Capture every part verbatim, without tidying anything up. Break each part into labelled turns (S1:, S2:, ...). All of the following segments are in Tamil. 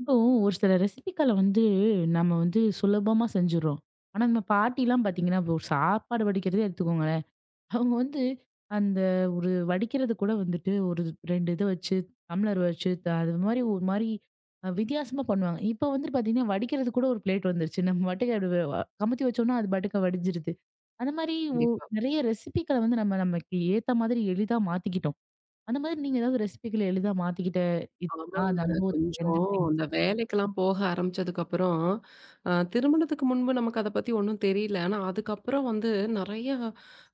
S1: இப்போ ஒரு சில ரெசிபிக்கள வந்து நம்ம வந்து சுலபமா செஞ்சுடுறோம். ஆனா, நம்ம பாட்டிலாம் பார்த்தீங்கன்னா, இப்போ ஒரு சாப்பாடு வடிக்கிறதே எடுத்துக்கோங்களேன். அவங்க வந்து அந்த ஒரு வடிக்கிறது கூட வந்துட்டு ஒரு ரெண்டு இத வச்சு, டம்ளர் வச்சு த அது மாரி ஒரு மாரி அ வித்தியாசமா பண்ணுவாங்க. இப்போ வந்து பார்த்தீங்கன்னா, வடிக்கிறது கூட ஒரு பிளேட் வந்துருச்சு. நம்ம பாட்டுக்கு அது வ வ- கமுத்தி வச்சோம்னா, அது பாட்டுக்கு வடிஞ்சிருது. அந்த மாரி ஒ
S2: கண்டிப்பா.
S1: நெறைய ரெசிபிக்கள வந்து நம்ம நமக்கு ஏத்த மாதிரி எளிதா மாத்திக்கிட்டோம். அந்த மாதிரி நீங்க ஏதாவது ரெசிபிகள எளிதா மாத்திக்கிட்ட இதுக்கா
S2: ஆமாங்க.
S1: அந்த அனுபவத்த
S2: கொஞ்சம்
S1: பகிர்ந்துக்கிறீங்களா?
S2: இந்த வேலைக்கெல்லாம் போக ஆரம்பிச்சதுக்கப்புறம், அ திருமணத்துக்கு முன்பு நமக்கு அத பத்தி ஒண்ணும் தெரியல. ஆனா அதுக்கப்புறம் வந்து நெறைய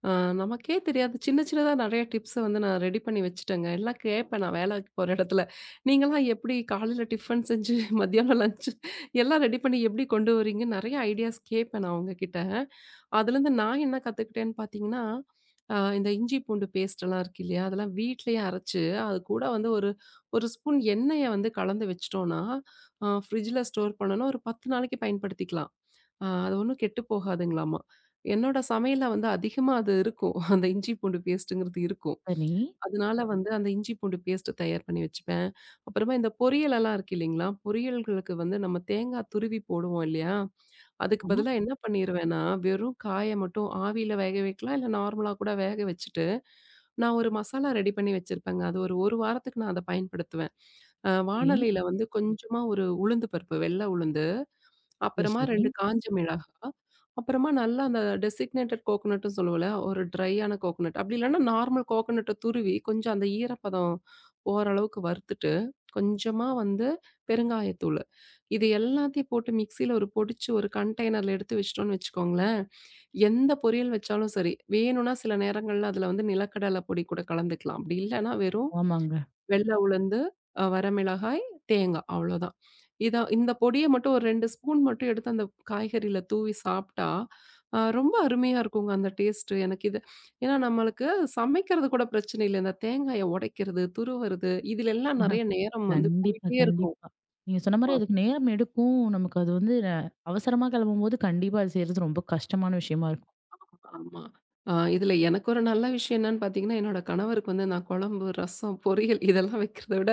S2: அ நமக்கே தெரியாது சின்ன சின்னதா நெறைய டிப்ஸ வந்து நான் ரெடி பண்ணி வச்சுட்டேங்க. எல்லாம் கேட்பேன் நான் வேலைக்கு போற இடத்துல. நீங்கலாம் எப்படி காலையில டிஃபன் செஞ்சு மத்தியானம் லஞ்ச் எல்லாம் ரெடி பண்ணி எப்படி கொண்டு வரீங்கன்னு நெறைய ஐடியாஸ் கேட்பேன் நான் அவங்ககிட்ட. அதுலேருந்து நான் என்ன கத்துக்கிட்டேன்னு பார்த்தீங்கன்னா, அ இந்த இஞ்சி பூண்டு பேஸ்ட்டெல்லாம் இருக்கு இல்லையா? அதெல்லாம் வீட்லயே அரைச்சு, அது கூட வந்து ஒரு ஒரு ஸ்பூன் எண்ணெய வந்து கலந்து வச்சுட்டோம்னா, அ ஃப்ரிட்ஜில ஸ்டோர் பண்ணோம்னா, ஒரு பத்து நாளைக்கு பயன்படுத்திக்கலாம். அ அது ஒண்ணும் கெட்டு போகாதுங்களாமா. என்னோட சமையல்ல வந்து அதிகமா அது இருக்கும். அந்த இஞ்சி பூண்டு பேஸ்ட்டுங்கிறது இருக்கும்.
S1: சரி.
S2: அதனால வந்து அந்த இஞ்சி பூண்டு பேஸ்ட் தயார் பண்ணி வச்சுப்பேன். அப்புறமா இந்த பொரியலெல்லாம் இருக்கு இல்லைங்களா? பொரியல்களுக்கு வந்து நம்ம தேங்காய் துருவி போடுவோம் இல்லையா? அதுக்கு
S1: ஆமா.
S2: பதிலா என்ன பண்ணிருவேன்னா, வெறும் காய மட்டும் ஆவியில வேக வைக்கலாம். இல்ல நார்மலா கூட வேக வச்சுட்டு, நான் ஒரு மசாலா ரெடி பண்ணி வச்சிருப்பேங்க. அது ஒரு 1 வாரத்துக்கு நான் அத பயன்படுத்துவேன். அ
S1: சரி.
S2: வானலியில வந்து கொஞ்சமா ஒரு உளுந்து பருப்பு, வெள்ள உளுந்து
S1: சரி,
S2: அப்புறமா
S1: சரி.
S2: ரெண்டு காஞ்ச மிளகாய், அப்புறமா நல்லா அந்த டெசிக்னேட்டட் கோகனட்ன்னு சொல்லுவோம்ல, ஒரு ட்ரையான கோகனட். அப்படி இல்லன்னா நார்மல் கோகனட்ட துருவி கொஞ்சம் அந்த ஈரப்பதம் போற அளவுக்கு வறுத்துட்டு, கொஞ்சமா வந்து பெருங்காயத்தூளு. இது எல்லாத்தையும் போட்டு மிக்ஸியில ஒரு பொடிச்சு ஒரு கண்டெய்னர்ல எடுத்து வச்சுட்டோம்னு வச்சுக்கோங்களேன், எந்த பொரியல் வச்சாலும் சரி, வேணும்னா சில நேரங்கள்ல அதில வந்து நிலக்கடலை பொடி கூட கலந்துக்கலாம். அப்படி இல்லன்னா வெறும்
S1: ஆமாங்க.
S2: வெள்ள உளுந்து, அ வரமிளகாய், தேங்காய் அவ்வளோதான். இத இந்த பொடிய மட்டும் ஒரு ரெண்டு ஸ்பூன் மட்டும் எடுத்து அந்த காய்கறில தூவி சாப்ட்டா, அ ரொம்ப அருமையா இருக்குங்க அந்த டேஸ்ட்டு. எனக்கு இது ஏன்னா நம்மளுக்கு சமைக்கிறது கூட பிரச்சனை இல்ல. இந்த தேங்காய உடைக்கிறது, துருவுறது இதுலெல்லாம் நெறைய நேரம் வந்து
S1: கண்டிப்பா,
S2: போயிட்டே இருக்கும்.
S1: கண்டிப்பா. நீங்க சொன்ன மாரி அதுக்கு நேரம் எடுக்கும். நமக்கு அது வந்து அ அவசரமா கிளம்பும்போது கண்டிப்பா அது செய்றது ரொம்ப கஷ்டமான விஷயமா இருக்கும்.
S2: ஆமா. அ இதுல எனக்கு ஒரு நல்ல விஷயம் என்னன்னு பார்த்தீங்கன்னா, என்னோட கணவருக்கு வந்து நான் குழம்பு, ரசம், பொரியல் இதெல்லாம் வைக்கிறத விட,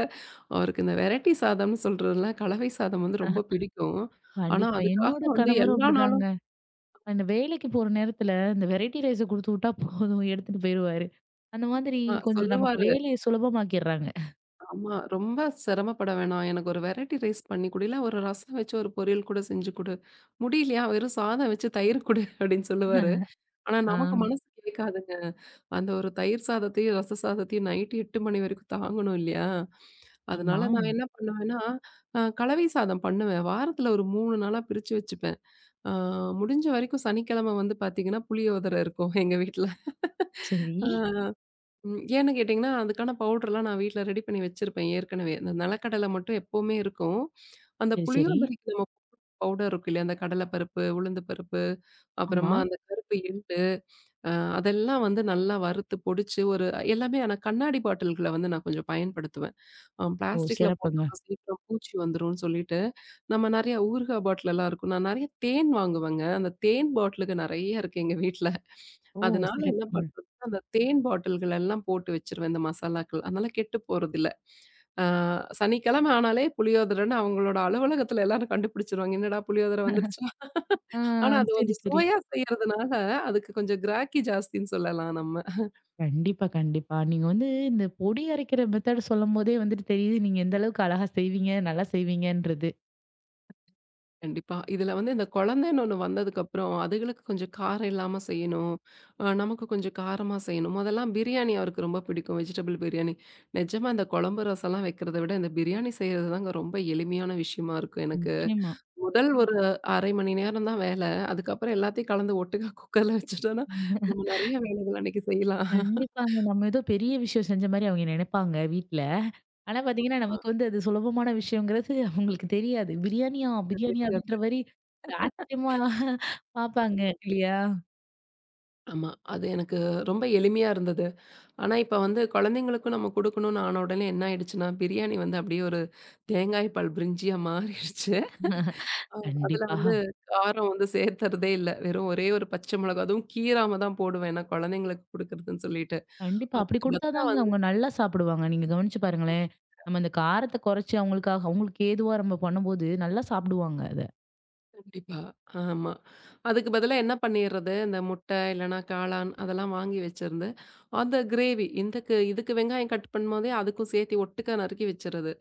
S2: அவருக்கு இந்த வெரைட்டி சாதம்னு சொல்றதுல கலவை சாதம் வந்து ரொம்ப பிடிக்கும். ஆனா
S1: கண்டிப்பா.
S2: அதுக்காக
S1: என்னோட
S2: வந்து
S1: கணவரும்
S2: எல்லா நாளும்
S1: அப்படிதாங்க. அந்த வேலைக்கு போற நேரத்துல இந்த வெரைட்டி ரைஸ குடுத்து விட்டா போதும் எடுத்துட்டு போயிருவாரு. அந்த மாதிரி
S2: அ
S1: கொஞ்சம் நமக்கு
S2: சொல்லுவாரு.
S1: வேலைய சுலபமாக்கிடுறாங்க.
S2: ஆமா, ரொம்ப சிரமப்பட வேணாம். எனக்கு ஒரு வெரைட்டி ரைஸ் பண்ணி குடு, இல்ல ஒரு ரசம் வச்சு ஒரு பொரியல் கூட செஞ்சு குடு. முடியலையா வெறும் சாதம் வச்சு தயிர் குடு அப்படின்னு சொல்லுவாரு. ஆனா நமக்கு
S1: ஆ.
S2: மனசு கேட்காதுங்க. அந்த ஒரு தயிர் சாதத்தையும், ரச சாதத்தையும் நைட்டு எட்டு மணி வரைக்கும் தாங்கணும் இல்லையா?
S1: ஆமா.
S2: அதனால நான் என்ன பண்ணுவேன்னா, அ கலவை சாதம் பண்ணுவேன். வாரத்துல ஒரு மூணு நாளா பிரிச்சு வச்சுப்பேன். ஆ முடிஞ்ச வரைக்கும் சனிக்கிழமை வந்து பார்த்தீங்கன்னா, புளியோதரை இருக்கும் எங்க வீட்ல.
S1: சரி.
S2: ஆ ம் ஏன்னு கேட்டிங்கன்னா, அதுக்கான பவுடர்லாம் நான் வீட்ல ரெடி பண்ணி வச்சிருப்பேன் ஏற்கனவே. இந்த நிலக்கடலை மட்டும் எப்பவுமே இருக்கும். அந்த
S1: சரி, சரி.
S2: புளியோதரைக்கு நம்ம பவுடர் இருக்கு இல்லையா? அந்த கடலை பருப்பு, உளுந்து பருப்பு,
S1: ஆமா.
S2: அப்புறமா அந்த கருப்பு எள்ளு அ அதெல்லாம் வந்து நல்லா வறுத்து பொடிச்சு ஒரு எல்லாமே ஆனா கண்ணாடி பாட்டில்கள வந்து நான் கொஞ்சம் பயன்படுத்துவேன். அ
S1: ஓ!
S2: பிளாஸ்டிக்ல
S1: சிறப்புங்க.
S2: போட்டோம்னா சீக்கிரம் பூச்சி வந்துரும்னு சொல்லிட்டு, நம்ம நெறைய ஊறுகாய் பாட்டிலலாம் இருக்கும். நான் நெறைய தேன் வாங்குவேங்க. அந்த தேன் பாட்டிலுக்கு நெறைய இருக்கு எங்க வீட்ல.
S1: ஓ!
S2: அதனால என்ன
S1: சிறப்புங்க.
S2: பண்றது, அந்த தேன் பாட்டில்கள் எல்லாம் போட்டு வச்சுருவேன் இந்த மசாலாக்கள். அதனால கெட்டு போறதில்ல. அ சனிக்கிழமை ஆனாலே புளியோதரைன்னு அவங்களோட அலுவலகத்துல எல்லாரும் கண்டுபிடிச்சுருவாங்க. "என்னடா புளியோதரை வந்துருச்சு."
S1: ஆ.
S2: ஆனா அது
S1: சரி,
S2: கொஞ்சம்
S1: சரி.
S2: சுவையா செய்யறதுனால, அதுக்கு கொஞ்சம் கிராக்கி ஜாஸ்தின்னு சொல்லலாம் நம்ம.
S1: கண்டிப்பா, கண்டிப்பா. நீங்க வந்து இந்த பொடி அரைக்கிற மெத்தட் சொல்லும்போதே வந்துட்டு தெரியுது, நீங்க எந்த அளவுக்கு அழகா செய்வீங்க, நல்லா செய்வீங்கன்றது.
S2: கண்டிப்பா. இதுல வந்து இந்த குழந்தைன்னு ஒண்ணு வந்ததுக்கப்புறம், அதுகளுக்கு கொஞ்சம் காரம் இல்லாம செய்யணும். அ நமக்கு கொஞ்சம் காரமா செய்யணும். முதல்லாம் பிரியாணி அவருக்கு ரொம்ப பிடிக்கும். வெஜிடபிள் பிரியாணி. நிஜமா இந்த குழம்பு ரசம்லாம் வைக்கிறத விட, இந்த பிரியாணி செய்றது தாங்க ரொம்ப எளிமையான விஷயமா இருக்கும் எனக்கு.
S1: நிச்சயமா.
S2: முதல் ஒரு அரை மணி நேரம் தான் வேலை. அதுக்கப்புறம் எல்லாத்தையும் கலந்து ஒட்டுக்கா குக்கர்ல வச்சுட்டோம்னா, நம்ம நெறைய வேலைகள் அன்னைக்கு செய்யலாம்.
S1: கண்டிப்பாங்க. நம்ம ஏதோ பெரிய விஷயம் செஞ்ச மாரி அவங்க நெனைப்பாங்க வீட்ல. ஆனா பாத்தீங்கன்னா, நமக்கு வந்து அது சுலபமான விஷயங்கிறது அவங்களுக்கு தெரியாது. பிரியாணியா?
S2: அது
S1: பிரியாணியா?
S2: தெரியாது.
S1: அப்படின்ற மாரி ஆச்சரியமா பாப்பாங்க,
S2: ஆமா.
S1: இல்லையா?
S2: ஆமா. அது எனக்கு ரொம்ப எளிமையா இருந்தது. ஆனா, இப்ப வந்து குழந்தைங்களுக்கும் நம்ம குடுக்கணும்னு ஆன உடனே என்ன ஆயிடுச்சுன்னா, பிரியாணி வந்து அப்படியே ஒரு தேங்காய் பால் பிரிஞ்சியா மாறிடுச்சு. அ அதுல
S1: கண்டிப்பா,
S2: வந்து காரம் வந்து சேர்த்துறதே இல்ல. வெறும் ஒரே ஒரு பச்சை மிளகா, அதுவும் கீறாம தான் போடுவேன். ஏன்னா, குழந்தைங்களுக்கு குடுக்குறதுன்னு சொல்லிட்டு.
S1: கண்டிப்பா. அப்படி
S2: அதுக்கு பதிலா
S1: குடுத்தாதாங்க
S2: வந்து
S1: அவங்க நல்லா சாப்பிடுவாங்க. நீங்க கவனிச்சு பாருங்களேன். நம்ம அந்த காரத்த குறைச்சு அவங்களுக்காக அவங்களுக்கு ஏதுவா நம்ம பண்ணும்போது நல்லா சாப்பிடுவாங்க அத.
S2: கண்டிப்பா. ஆமா. அதுக்கு பதிலா என்ன பண்ணிர்றது, இந்த முட்டை இல்லன்னா காளான் அதெல்லாம் வாங்கி வச்சிருந்து, அந்த கிரேவி இந்தக்கு இதுக்கு வெங்காயம் கட் பண்ணும்போதே அதுக்கும் சேர்த்து ஒட்டுக்கா நறுக்கி வச்சுறது.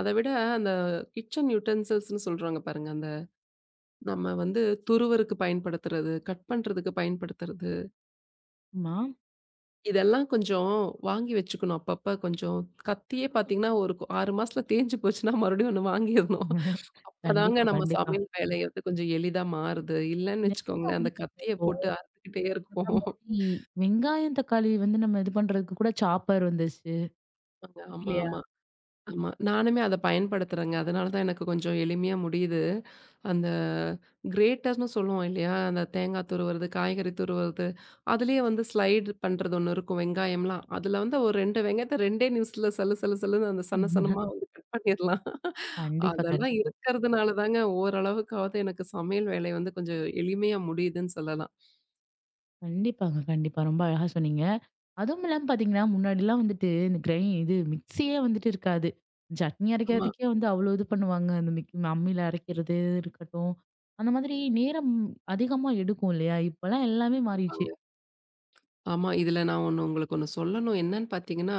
S2: அத விட அந்த கிச்சன் யுட்டென்சில்ஸ்ன்னு சொல்றாங்க பாருங்க. அந்த நம்ம வந்து துருவறக்கு பயன்படுத்துறது, கட் பண்றதுக்கு பயன்படுத்துறது.
S1: ஆமா.
S2: இதெல்லாம் கொஞ்சம் வாங்கி வச்சுக்கணும். அப்பப்ப கொஞ்சம் கத்தியே பார்த்தீங்கன்னா, ஒரு ஆறு மாசத்துல தேஞ்சு போச்சுன்னா மறுபடியும் ஒண்ணு வாங்கிரணும். அப்பதாங்க
S1: கண்டிப்பா,
S2: நம்ம
S1: கண்டிப்பா.
S2: சமையல் வேலை வந்து கொஞ்சம் எளிதா மாறுது. இல்லன்னு
S1: நெறைய
S2: வச்சுக்கோங்களேன், அந்த
S1: வந்துருச்சுங்க.
S2: கத்திய
S1: இப்போ
S2: போட்டு அறுத்துக்கிட்டே
S1: சொன்ன
S2: இருப்போம்.
S1: மாதிரி வெங்காயம், தக்காளி வந்து நம்ம இது பண்றதுக்கு கூட சாப்பர் வந்துருச்சு.
S2: ஆமாங்க, ஆமா,
S1: இல்லையா?
S2: ஆமா. ஆமா. நானுமே அத பயன்படுத்துறேங்க. அதனால தான் எனக்கு கொஞ்சம் எளிமையா முடியுது. அந்த கிரேட்டர்ன்னு சொல்லுவோம் இல்லையா? அந்த தேங்காய் துருவுறது, காய்கறி துருவுறது, அதுலயே வந்து ஸ்லைடு பண்றது ஒண்ணு இருக்கும் வெங்காயம்லாம். அதுல வந்து ஒரு ரெண்டு வெங்காயத்த 2டே நிமிஷத்துல சல்லு சல்லு சல்லுன்னு அந்த சன்ன சன்னமா வந்து கட் பண்ணிரலாம்.
S1: கண்டிப்பா,
S2: அதெல்லாம்
S1: கண்டிப்பா.
S2: இருக்கிறதுனால தாங்க ஓரளவுக்காவது எனக்கு சமையல் வேலை வந்து கொஞ்சம் எளிமையா முடியுதுன்னு சொல்லலாம்.
S1: கண்டிப்பாங்க, கண்டிப்பா. ரொம்ப அழகா சொன்னீங்க. அதுவும் இல்லாம பார்த்தீங்கன்னா, முன்னாடிலாம் வந்துட்டு இந்த கிரை இது மிக்ஸியே வந்துட்டு இருக்காது. சட்னி
S2: ஆமா.
S1: அரைக்கிறதுக்கே வந்து அவ்வளோ இது பண்ணுவாங்க. அந்த மிக் அம்மில அரைக்கிறது இருக்கட்டும். அந்த மாதிரி நேரம் அதிகமா எடுக்கும் இல்லையா? இப்பலாம் எல்லாமே மாறிடுச்சு.
S2: கண்டிப்பாங்க. ஆமா. இதுல நான் ஒண்ணு உங்களுக்கு ஒண்ணு சொல்லணும். என்னன்னு பார்த்தீங்கன்னா,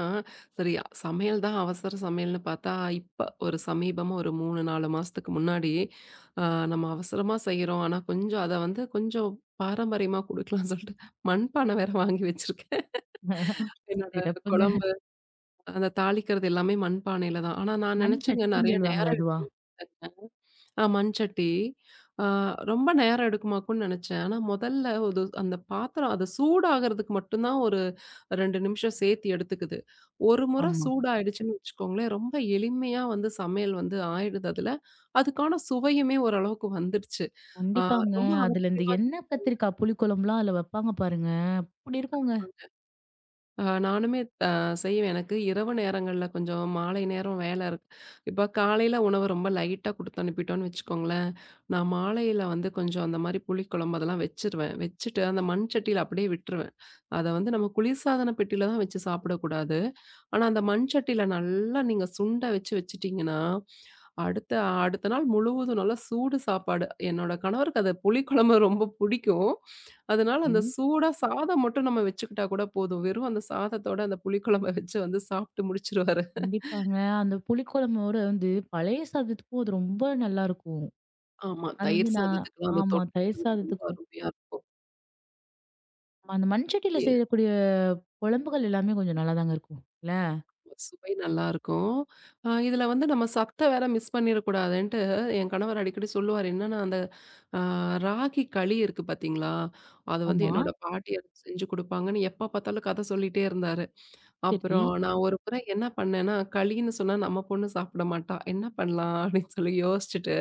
S2: சரி, சமையல் தான் அவசர சமையல்ன்னு பார்த்தா, இப்ப ஒரு சமீபமா ஒரு மூணு, நாலு மாசத்துக்கு முன்னாடி, அ நம்ம அவசரமா செய்றோம். ஆனா கொஞ்சம் அத வந்து கொஞ்சம் பாரம்பரியமா குடுக்கலாம்ன்னு சொல்லிட்டு மண்பானை வேற வாங்கி வச்சிருக்கேன். என்னோட
S1: சிறப்புங்க.
S2: குழம்பு அந்த தாளிக்கிறது எல்லாமே மண்பானையில தான். ஆனா நான்
S1: மண்
S2: நெனச்சேங்க
S1: சட்டின்னு
S2: நெறைய
S1: சொல்லுவாங்களே
S2: நேரம்
S1: அதுவா?
S2: எடுக்கும்னு நெனச்சேன். ஆ, மண்சட்டி. ஆ ரொம்ப நேரம் எடுக்குமாக்கும்னு நெனச்சேன். ஆனா முதல்ல ஒரு அந்த பாத்திரம் அது சூடாகறதுக்கு மட்டும் தான் ஒரு ரெண்டு நிமிஷம் சேர்த்து எடுத்துக்குது. ஒரு முறை
S1: ஆமா.
S2: சூடாயிடுச்சுன்னு வச்சுக்கோங்களேன், ரொம்ப எளிமையா வந்து சமையல் வந்து ஆயிடுது அதுல. அதுக்கான சுவையுமே ஓரளவுக்கு வந்துடுச்சு. ஆ
S1: கண்டிப்பாங்க.
S2: ரொம்ப
S1: அதுல இந்த
S2: ஆச்சரியமா.
S1: எண்ணெ கத்திரிக்கா புளிக்குழம்புலாம் அதுல வைப்பாங்க பாருங்க. அப்படி இருக்குங்க.
S2: ஆ நானுமே அ செய்வேன். எனக்கு இரவு நேரங்கள்ல கொஞ்சம் மாலை நேரம் வேலை இருக்கு. இப்போ காலையில உணவு ரொம்ப லைட்டா குடுத்து அனுப்பிட்டோம்னு வச்சுக்கோங்களேன், நான் மாலையில வந்து கொஞ்சம் அந்த மாரி புளிக்குழம்பு அதெல்லாம் வச்சுருவேன். வச்சுட்டு அந்த மண் சட்டியில அப்படியே விட்டுருவேன். அத வந்து நம்ம குளிர்சாதன பெட்டியில தான் வச்சு சாப்பிடக்கூடாது. ஆனா, அந்த மண் சட்டியில நல்லா நீங்க சுண்ட வச்சு வச்சுட்டீங்கன்னா, அடுத்த அடுத்த நாள் முழுவதும் நல்லா சூடு சாப்பாடு. என்னோட கணவருக்கு அது புளிக்குழம்பு ரொம்ப பிடிக்கும். அதனால அந்த
S1: ம்.
S2: சூடா சாதம் மட்டும் நம்ம வச்சுக்கிட்டா கூட போதும். வெறும் அந்த சாதத்தோட அந்த புளிக்குழம்ப வச்சு வந்து சாப்பிட்டு முடிச்சுருவாரு.
S1: கண்டிப்பாங்க. அந்த புளிக்குழம்போட வந்து பழைய சாதத்துக்கும் அது ரொம்ப நல்லாருக்கும்.
S2: ஆமா.
S1: அது வந்து
S2: தயிர்
S1: நான்
S2: சாதத்துக்குலாம் அந்த
S1: ஆமா. தயிர்
S2: தொட்டுக்கிறதுக்கு ரொம்ப
S1: சாதத்துக்கும்.
S2: அருமையா இருக்கும்.
S1: அந்த மண்சட்டியில
S2: எ
S1: செய்யக்கூடிய குழம்புகள் எல்லாமே கொஞ்சம் நல்லாதாங்க இருக்கும். இல்ல?
S2: சுவை நல்லாருக்கும். அ இதில வந்து நம்ம சத்த வேற மிஸ் பண்ணிறக்கூடாதுன்ட்டு என் கணவர் அடிக்கடி சொல்லுவாரு. என்னன்னா அந்த ஆ ராகி களி இருக்கு பார்த்தீங்களா? அது வந்து
S1: ஆமா.
S2: என்னோட பாட்டி எனக்கு செஞ்சு குடுப்பாங்கன்னு எப்ப பார்த்தாலும் கத சொல்லிட்டே இருந்தாரு.
S1: சரி.
S2: அப்புறம் நான் ஒரு முறை என்ன பண்ணேன்னா, களின்னு சொன்னா நம்ம பொண்ணு சாப்பிட மாட்டா. என்ன பண்ணலாம் அப்படின்னு சொல்லி யோசிச்சுட்டு,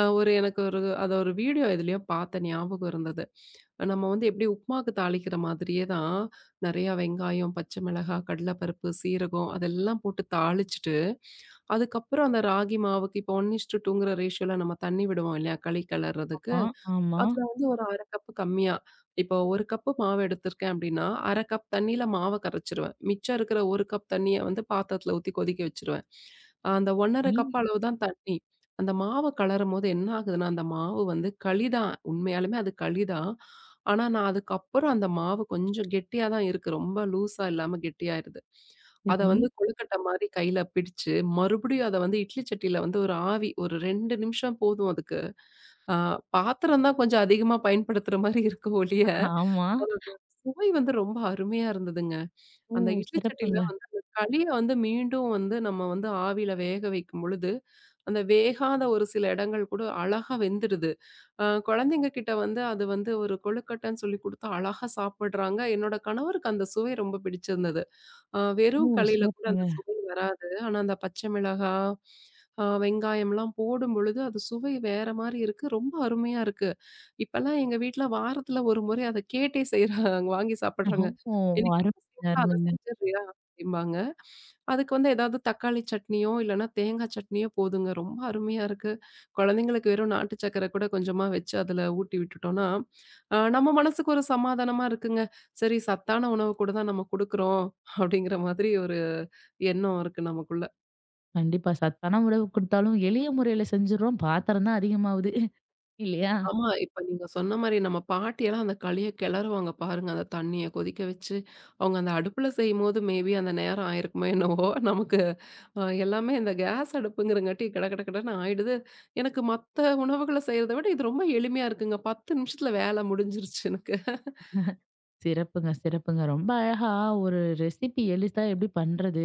S2: அ ஒரு எனக்கு ஒரு அத ஒரு வீடியோ எதுலயோ பார்த்த ஞாபகம் இருந்தது. நம்ம வந்து எப்படி உப்புமாக்கு தாளிக்கிற மாதிரியே தான் நெறையா வெங்காயம், பச்சை மிளகாய், கடலைப்பருப்பு, சீரகம் அதெல்லாம் போட்டு தாளிச்சுட்டு, அதுக்கப்புறம் அந்த ராகி மாவுக்கு இப்போ ஒன்று:2ங்கிற ரேஷியோல நம்ம தண்ணி விடுவோம் இல்லையா? களி கெளர்றதுக்கு.
S1: ஆமா, ஆமா.
S2: அதுல வந்து ஒரு அரை கப்பு கம்மியா. இப்போ ஒரு கப்பு மாவு எடுத்திருக்கேன் அப்டின்னா, அரை கப் தண்ணீல மாவ கரைச்சுருவேன். மிச்சம் இருக்கிற ஒரு கப் தண்ணிய வந்து பாத்திரத்துல ஊத்தி கொதிக்க வச்சுருவேன். அந்த ஒன்றரை
S1: சரி,
S2: கப் அளவு தான் தண்ணி. அந்த மாவ கலரும்போது என்ன ஆகுதுன்னா, அந்த மாவு வந்து களி தான். உண்மையாலுமே அது களி தான். ஆனா, நான் அதுக்கப்புறம் அந்த மாவு கொஞ்சம் கெட்டியா தான் இருக்கு. ரொம்ப லூஸா இல்லாம கெட்டியாயிருது. அத
S1: சரி.
S2: வந்து கொழுக்கட்ட மாரி கையில பிடிச்சு, மறுபடியும் அத வந்து இட்லி சட்டியில வந்து ஒரு ஆவி ஒரு ரெண்டு நிமிஷம் போதும் அதுக்கு. ஆ பாத்திரம் தான் கொஞ்சம் அதிகமா பயன்படுத்துற மாரி இருக்கு ஒழிய,
S1: ஆமா.
S2: அதோட சுவை வந்து ரொம்ப அருமையா இருந்ததுங்க.
S1: ஓ!
S2: அந்த இட்லி சட்டியில
S1: சிறப்புங்க.
S2: வந்து அந்த களிய வந்து மீண்டும் வந்து நம்ம வந்து ஆவியில வேக வைக்கும் பொழுது, அந்த வேகாத ஒரு சில இடங்கள் கூட அழகா வெந்துடுது. அ குழந்தைங்க கிட்ட வந்து அது வந்து ஒரு கொழுக்கட்டைன்னு சொல்லி குடுத்து அழகா சாப்பிடுறாங்க. என்னோட கணவருக்கு அந்த சுவை ரொம்ப பிடிச்சிருந்தது. அ
S1: ஓ!
S2: வெறும் களியில கூட
S1: சிறப்புங்க.
S2: அந்த சுவை வராது. ஆனா, அந்த பச்சை மிளகாய், அ வெங்காயம்லாம் போடும்பொழுது, அது சுவை வேற மாரி இருக்கு. ரொம்ப அருமையா இருக்கு. இப்பலாம் எங்க வீட்ல வாரத்துல ஒரு முறை அத கேட்டே செய்றாங்க. வாங்கி சாப்பிடுறாங்க.
S1: ஓ!
S2: "இன்னைக்கு
S1: அருமைங்க,
S2: சிம்பிளா அத
S1: அருமைங்க.
S2: செஞ்சுடுறியா?" அப்படிம்பாங்க. அதுக்கு வந்து ஏதாவது தக்காளி சட்னியோ, இல்லன்னா தேங்காய் சட்னியோ போதுங்க. ரொம்ப அருமையா இருக்கு. குழந்தைங்களுக்கு வெறும் நாட்டு சர்க்கரை கூட கொஞ்சமா வச்சு அதுல ஊட்டி விட்டுட்டோம்னா, அ நம்ம மனசுக்கு ஒரு சமாதானமா இருக்குங்க. சரி, சத்தான உணவு கூட தான் நம்ம குடுக்குறோம். அப்படிங்கிற மாதிரி ஒரு எண்ணம் இருக்கு நமக்குள்ள.
S1: கண்டிப்பா சத்தான உணவு குடுத்தாலும் எளிய முறையில செஞ்சுடுறோம். பாத்திரம் தான் அதிகமாவுது. இல்லையா?
S2: ஆமா, இப்ப நீங்க சொன்ன மாரி நம்ம பாட்டியெல்லாம் அந்த களிய கிளறுவாங்க பாருங்க. அந்த தண்ணிய கொதிக்க வச்சு, அவங்க அந்த அடுப்புல செய்யும்போது மேபி அந்த நேரம் ஆயிருக்குமோ என்னவோ! நமக்கு அ எல்லாமே இந்த கேஸ் அடுப்புங்கிறங்காட்டி கட கட கடன்னு ஆயிடுது. எனக்கு மத்த உணவுகள செய்றத விட இது ரொம்ப எளிமையா இருக்குங்க. பத்து நிமிஷத்துல வேல முடிஞ்சிருச்சு எனக்கு.
S1: சிறப்புங்க, சிறப்புங்க. ரொம்ப அழகா ஒரு ரெசிபி எளிதா எப்படி பண்றது?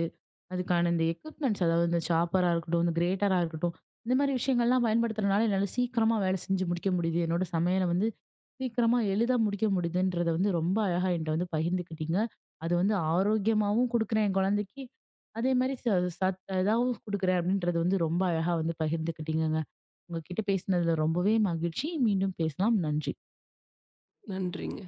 S1: அதுக்கான இந்த எக்யூப்மெண்ட்ஸ் அதாவது இந்த சாப்பரா இருக்கட்டும், இந்த கிரேட்டரா இருக்கட்டும். இந்த மாரி விஷயங்கள்லாம் பயன்படுத்துறனால என்னால சீக்கிரமா வேலை செஞ்சு முடிக்க முடியுது. என்னோட சமையல வந்து சீக்கிரமா எளிதா முடிக்க முடியுதுன்றத வந்து ரொம்ப அழகா என்ட்ட வந்து பகிர்ந்துக்கிட்டீங்க. அது வந்து ஆரோக்கியமாவும் குடுக்குறேன் என் குழந்தைக்கு. அதே மாரி ச சத் இதாவும் குடுக்குறேன் அப்படின்றது வந்து ரொம்ப அழகா வந்து பகிர்ந்துக்கிட்டீங்கங்க. உங்ககிட்ட பேசினதுல ரொம்பவே மகிழ்ச்சி. மீண்டும் பேசலாம். நன்றி.
S2: நன்றிங்க.